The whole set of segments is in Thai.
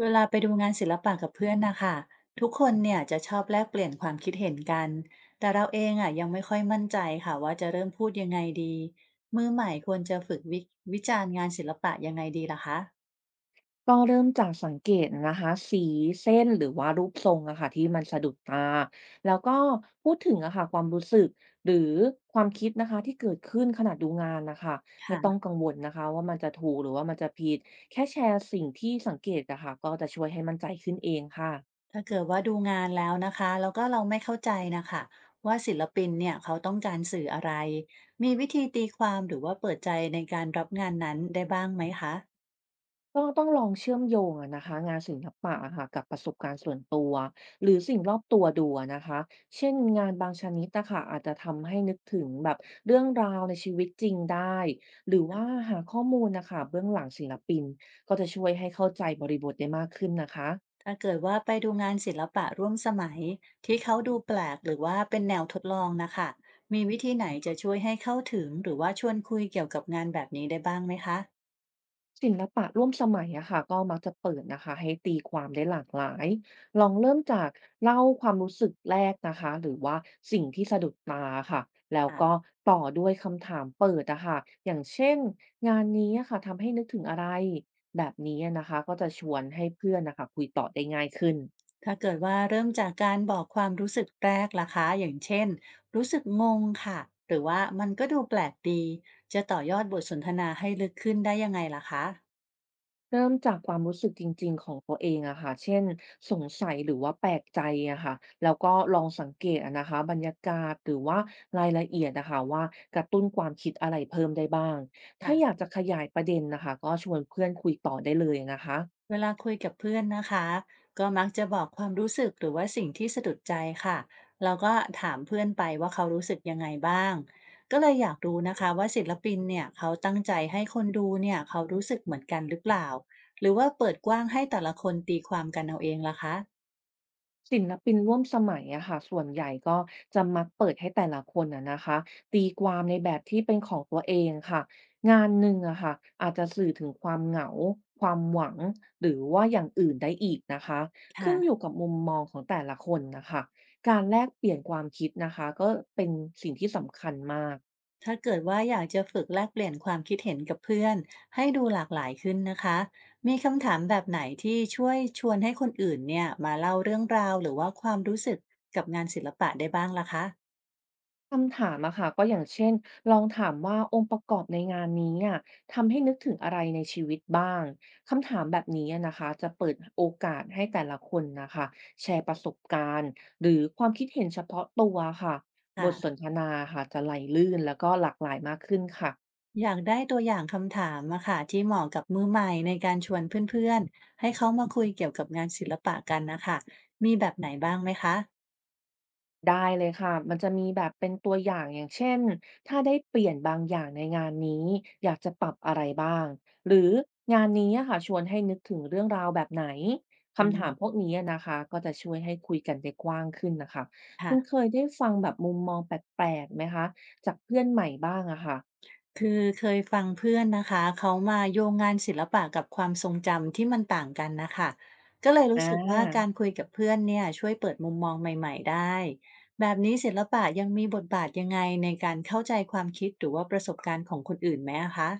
เวลาไปดูงานศิลปะกับเพื่อนนะคะทุกคนเนี่ยจะชอบแลกเปลี่ยนความคิดเห็นกันแต่เราเองอ่ะยังไม่ค่อยมั่นใจค่ะว่าจะเริ่มพูดยังไงดีมือใหม่ควรจะฝึกวจารณ์งานศิลปะยังไงดีล่ะคะก็เริ่มจากสังเกตนะคะสีเส้นหรือว่ารูปทรงอะค่ะที่มันสะดุดตาแล้วก็พูดถึงอะค่ะความรู้สึกหรือความคิดนะคะที่เกิดขึ้นขณะดูงานนะคะไม่ต้องค่ะกังวลนะคะว่ามันจะถูกหรือว่ามันจะผิดแค่แชร์สิ่งที่สังเกตอะค่ะก็จะช่วยให้มั่นใจขึ้นเองค่ะ ถ้าเกิดว่าดูงานแล้วนะคะแล้วก็เราไม่เข้าใจนะคะว่าศิลปินเนี่ยเขาต้องการสื่ออะไรมีวิธีตีความหรือว่าเปิดใจในการรับงานนั้นได้บ้างไหมคะ ก็ต้องลองเชื่อมโยงอะนะคะงานศิลปะอะค่ะกับประสบการณ์ส่วนตัวหรือสิ่งรอบตัวดูอะนะคะเช่นงานบางชนิดอะคะอาจจะทำให้นึกถึงแบบเรื่องราวในชีวิตจริงได้หรือว่าหาข้อมูลนะคะเบื้องหลังศิลปินก็จะช่วยให้เข้าใจบริบทได้มากขึ้นนะคะ ถ้าเกิดว่าไปดูงานศิลปะร่วมสมัยที่เขาดูแปลกหรือว่าเป็นแนวทดลองนะคะ มีวิธีไหนจะช่วยให้เข้าถึงหรือว่าชวนคุยเกี่ยวกับงานแบบนี้ได้บ้างไหมคะศิลปะร่วมสมัยอะค่ะก็มักจะเปิดนะคะให้ตีความได้หลากหลายลองเริ่มจากเล่าความรู้สึกแรกนะคะหรือว่าสิ่งที่สะดุดตาค่ะแล้วอ่ะก็ต่อด้วยคำถามเปิดอะค่ะอย่างเช่นงานนี้อะค่ะทำให้นึกถึงอะไรแบบนี้นะคะก็จะชวนให้เพื่อนนะคะคุยต่อได้ง่ายขึ้น ถ้าเกิดว่าเริ่มจากการบอกความรู้สึกแรกล่ะคะ อย่างเช่นรู้สึกงงค่ะ หรือว่ามันก็ดูแปลกดี จะต่อยอดบทสนทนาให้ลึกขึ้นได้ยังไงล่ะคะ เริ่มจากความรู้สึกจริงๆของตัวเองอะค่ะเช่นสงสัยหรือว่าแปลกใจอะค่ะแล้วก็ลองสังเกตอะนะคะบรรยากาศหรือว่ารายละเอียดนะคะว่ากระตุ้นความคิดอะไรเพิ่มได้บ้าง ถ้าอยากจะขยายประเด็นนะคะก็ชวนเพื่อนคุยต่อได้เลยนะคะ เวลาคุยกับเพื่อนนะคะก็มักจะบอกความรู้สึกหรือว่าสิ่งที่สะดุดใจค่ะแล้วก็ถามเพื่อนไปว่าเขารู้สึกยังไงบ้างก็เลยอยากรู้นะคะว่าศิลปินเนี่ยเขาตั้งใจให้คนดูเนี่ยเขารู้สึกเหมือนกันหรือเปล่าหรือว่าเปิดกว้างให้แต่ละคนตีความกันเอาเองล่ะคะศิลปินร่วมสมัยอะค่ะส่วนใหญ่ก็จะมักเปิดให้แต่ละคนอะนะคะตีความในแบบที่เป็นของตัวเองค่ะงานหนึ่งอะค่ะอาจจะสื่อถึงความเหงาความหวังหรือว่าอย่างอื่นได้อีกนะคะขึ้นอยู่ค่ะ กับมุมมองของแต่ละคนนะคะการแลกเปลี่ยนความคิดนะคะก็เป็นสิ่งที่สำคัญมาก ถ้าเกิดว่าอยากจะฝึกแลกเปลี่ยนความคิดเห็นกับเพื่อนให้ดูหลากหลายขึ้นนะคะมีคำถามแบบไหนที่ช่วยชวนให้คนอื่นเนี่ยมาเล่าเรื่องราวหรือว่าความรู้สึกกับงานศิลปะได้บ้างล่ะคะคำถามอะค่ะก็อย่างเช่นลองถามว่าองค์ประกอบในงานนี้อะทำให้นึกถึงอะไรในชีวิตบ้างคำถามแบบนี้อะนะคะจะเปิดโอกาสให้แต่ละคนนะคะแชร์ประสบการณ์หรือความคิดเห็นเฉพาะตัวค่ะบทสนค่ะทนาค่ะจะไหลลื่นแล้วก็หลากหลายมากขึ้นค่ะ อยากได้ตัวอย่างคำถามอะค่ะที่เหมาะกับมือใหม่ในการชวนเพื่อนๆให้เขามาคุยเกี่ยวกับงานศิลปะกันนะคะมีแบบไหนบ้างไหมคะได้เลยค่ะ มันจะมีแบบเป็นตัวอย่างอย่างเช่น ถ้าได้เปลี่ยนบางอย่างในงานนี้ อยากจะปรับอะไรบ้าง หรืองานนี้อะค่ะชวนให้นึกถึงเรื่องราวแบบไหน อืคำถามพวมกนี้อะนะคะก็จะช่วยให้คุยกันได้กว้างขึ้นนะคะคุณค่ะ เคยได้ฟังแบบมุมมองแปลกๆไหมคะ จากเพื่อนใหม่บ้างอะค่ะคือเคยฟังเพื่อนนะคะเขามาโยงงานศิลปะกับความทรงจำที่มันต่างกันนะคะก็เลยรู้อา สึกว่าการคุยกับเพื่อนเนี่ยช่วยเปิดมุมมองใหม่ๆได้แบบนี้ศิลปะยังมีบทบาทยังไงในการเข้าใจความคิดหรือว่าประสบการณ์ของคนอื่นไหมอะคะ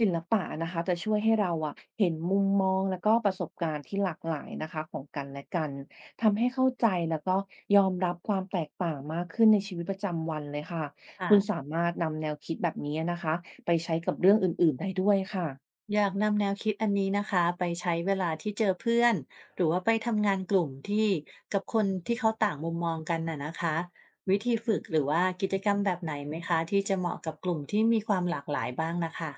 ศิลปะนะคะจะช่วยให้เราอะเห็นมุมมองแล้วก็ประสบการณ์ที่หลากหลายนะคะของกันและกันทำให้เข้าใจแล้วก็ยอมรับความแตกต่างมากขึ้นในชีวิตประจำวันเลยค่ะคุณค่ะ สามารถนำแนวคิดแบบนี้นะคะไปใช้กับเรื่องอื่นๆได้ด้วยค่ะ อยากนำแนวคิดอันนี้นะคะไปใช้เวลาที่เจอเพื่อนหรือว่าไปทำงานกลุ่มที่กับคนที่เขาต่างมุมมองกันน่ะนะคะวิธีฝึกหรือว่ากิจกรรมแบบไหนไหมคะที่จะเหมาะกับกลุ่มที่มีความหลากหลายบ้างนะคะ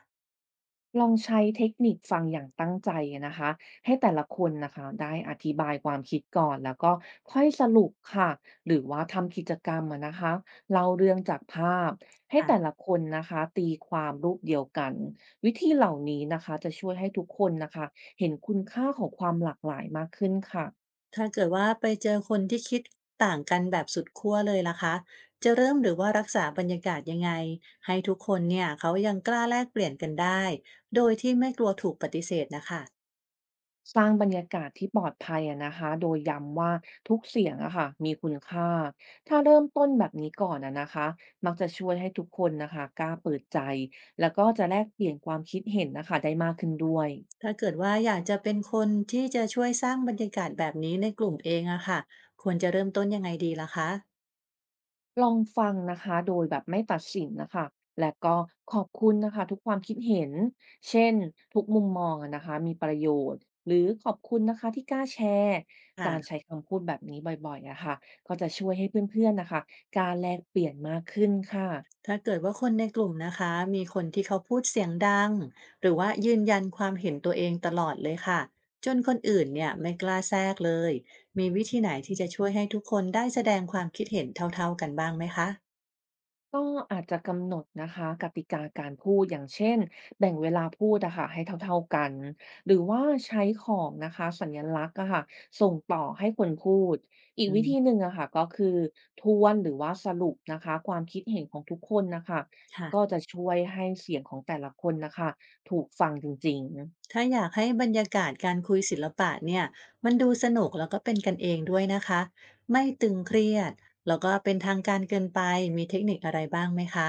ลองใช้เทคนิคฟังอย่างตั้งใจนะคะให้แต่ละคนนะคะได้อธิบายความคิดก่อนแล้วก็ค่อยสรุปค่ะหรือว่าทำกิจกรรมอะนะคะเล่าเรื่องจากภาพให้แต่ค่ะละคนนะคะตีความรูปเดียวกันวิธีเหล่านี้นะคะจะช่วยให้ทุกคนนะคะเห็นคุณค่าของความหลากหลายมากขึ้นค่ะ ถ้าเกิดว่าไปเจอคนที่คิดต่างกันแบบสุดขั้วเลยล่ะคะจะเริ่มหรือว่ารักษาบรรยากาศยังไงให้ทุกคนเนี่ยเขายังกล้าแลกเปลี่ยนกันได้โดยที่ไม่กลัวถูกปฏิเสธนะคะ สร้างบรรยากาศที่ปลอดภัยอะนะคะโดยย้ำว่าทุกเสียงอะค่ะมีคุณค่าถ้าเริ่มต้นแบบนี้ก่อนอะนะคะมักจะช่วยให้ทุกคนนะคะกล้าเปิดใจแล้วก็จะแลกเปลี่ยนความคิดเห็นนะคะได้มากขึ้นด้วย ถ้าเกิดว่าอยากจะเป็นคนที่จะช่วยสร้างบรรยากาศแบบนี้ในกลุ่มเองอะค่ะควรจะเริ่มต้นยังไงดีล่ะคะลองฟังนะคะโดยแบบไม่ตัดสินนะคะและก็ขอบคุณนะคะทุกความคิดเห็นเช่นทุกมุมมองอะนะคะมีประโยชน์หรือขอบคุณนะคะที่กล้าแชร์การใช้ค่ะคำพูดแบบนี้บ่อยๆอะค่ะก็จะช่วยให้เพื่อนๆนะคะกล้าแลกเปลี่ยนมากขึ้นค่ะ ถ้าเกิดว่าคนในกลุ่มนะคะมีคนที่เขาพูดเสียงดัง หรือว่ายืนยันความเห็นตัวเองตลอดเลยค่ะจนคนอื่นเนี่ยไม่กล้าแทรกเลย มีวิธีไหนที่จะช่วยให้ทุกคนได้แสดงความคิดเห็นเท่าๆกันบ้างไหมคะก็อาจจะกำหนดนะคะกติกาการพูดอย่างเช่นแบ่งเวลาพูดอะค่ะให้เท่าๆกันหรือว่าใช้ของนะคะสัญลักษณ์อะค่ะส่งต่อให้คนพูดอีกอืวิธีหมนึ่งอะค่ะก็คือทวนหรือว่าสรุปนะคะความคิดเห็นของทุกคนนะคะก็ค่ะ จะช่วยให้เสียงของแต่ละคนนะคะถูกฟังจริงๆ ถ้าอยากให้บรรยากาศการคุยศิลปะเนี่ยมันดูสนุกแล้วก็เป็นกันเองด้วยนะคะไม่ตึงเครียดแล้วก็เป็นทางการเกินไปมีเทคนิคอะไรบ้างไหมคะ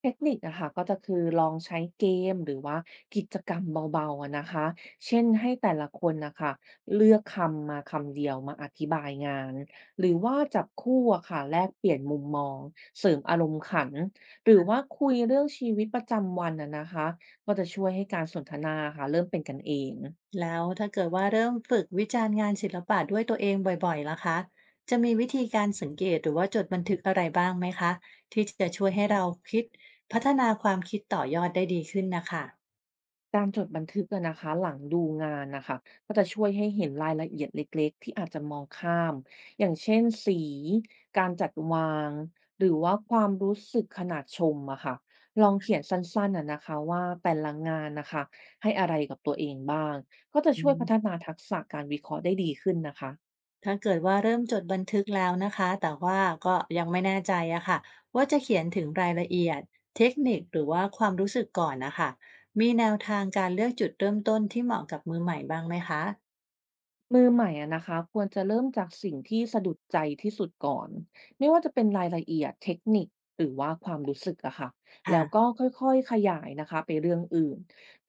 เทคนิคนะคะก็จะคือลองใช้เกมหรือว่ากิจกรรมเบาๆอะนะคะเช่นให้แต่ละคนนะคะเลือกคำมาคำเดียวมาอธิบายงานหรือว่าจับคู่อะค่ะแลกเปลี่ยนมุมมองเสริมอารมณ์ขันหรือว่าคุยเรื่องชีวิตประจำวันอะนะคะก็จะช่วยให้การสนทนาค่ะเริ่มเป็นกันเอง แล้วถ้าเกิดว่าเริ่มฝึกวิจารณ์งานศิลปะด้วยตัวเองบ่อยๆล่ะคะจะมีวิธีการสังเกตหรือว่าจดบันทึกอะไรบ้างไหมคะที่จะช่วยให้เราคิดพัฒนาความคิดต่อยอดได้ดีขึ้นนะคะการจดบันทึกอะนะคะหลังดูงานนะคะก็จะช่วยให้เห็นรายละเอียดเล็กๆที่อาจจะมองข้ามอย่างเช่นสีการจัดวางหรือว่าความรู้สึกขนาดชมอะค่ะลองเขียนสั้นๆอะนะคะว่าแต่ละงานนะคะให้อะไรกับตัวเองบ้างก็จะอืช่วยพัม ฒนาทักษะการวิเคราะห์ได้ดีขึ้นนะคะ ถ้าเกิดว่าเริ่มจดบันทึกแล้วนะคะแต่ว่าก็ยังไม่แน่ใจอะค่ะว่าจะเขียนถึงรายละเอียดเทคนิคหรือว่าความรู้สึกก่อนนะคะมีแนวทางการเลือกจุดเริ่มต้นที่เหมาะกับมือใหม่บ้างไหมคะมือใหม่อะนะคะควรจะเริ่มจากสิ่งที่สะดุดใจที่สุดก่อนไม่ว่าจะเป็นรายละเอียดเทคนิคหรือว่าความรู้สึกอะค่ะแล้ค่ะวก็ค่อยๆขยายนะคะไปเรื่องอื่น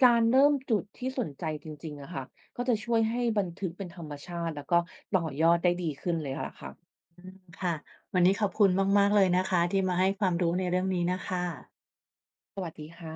การเริ่มจุดที่สนใจจริงๆอะค่ะก็จะช่วยให้บันทึกเป็นธรรมชาติแล้วก็ต่อยอดได้ดีขึ้นเลยล่ะค่ะอืมค่ะวันนี้ขอบคุณมากๆเลยนะคะที่มาให้ความรู้ในเรื่องนี้นะคะสวัสดีค่ะ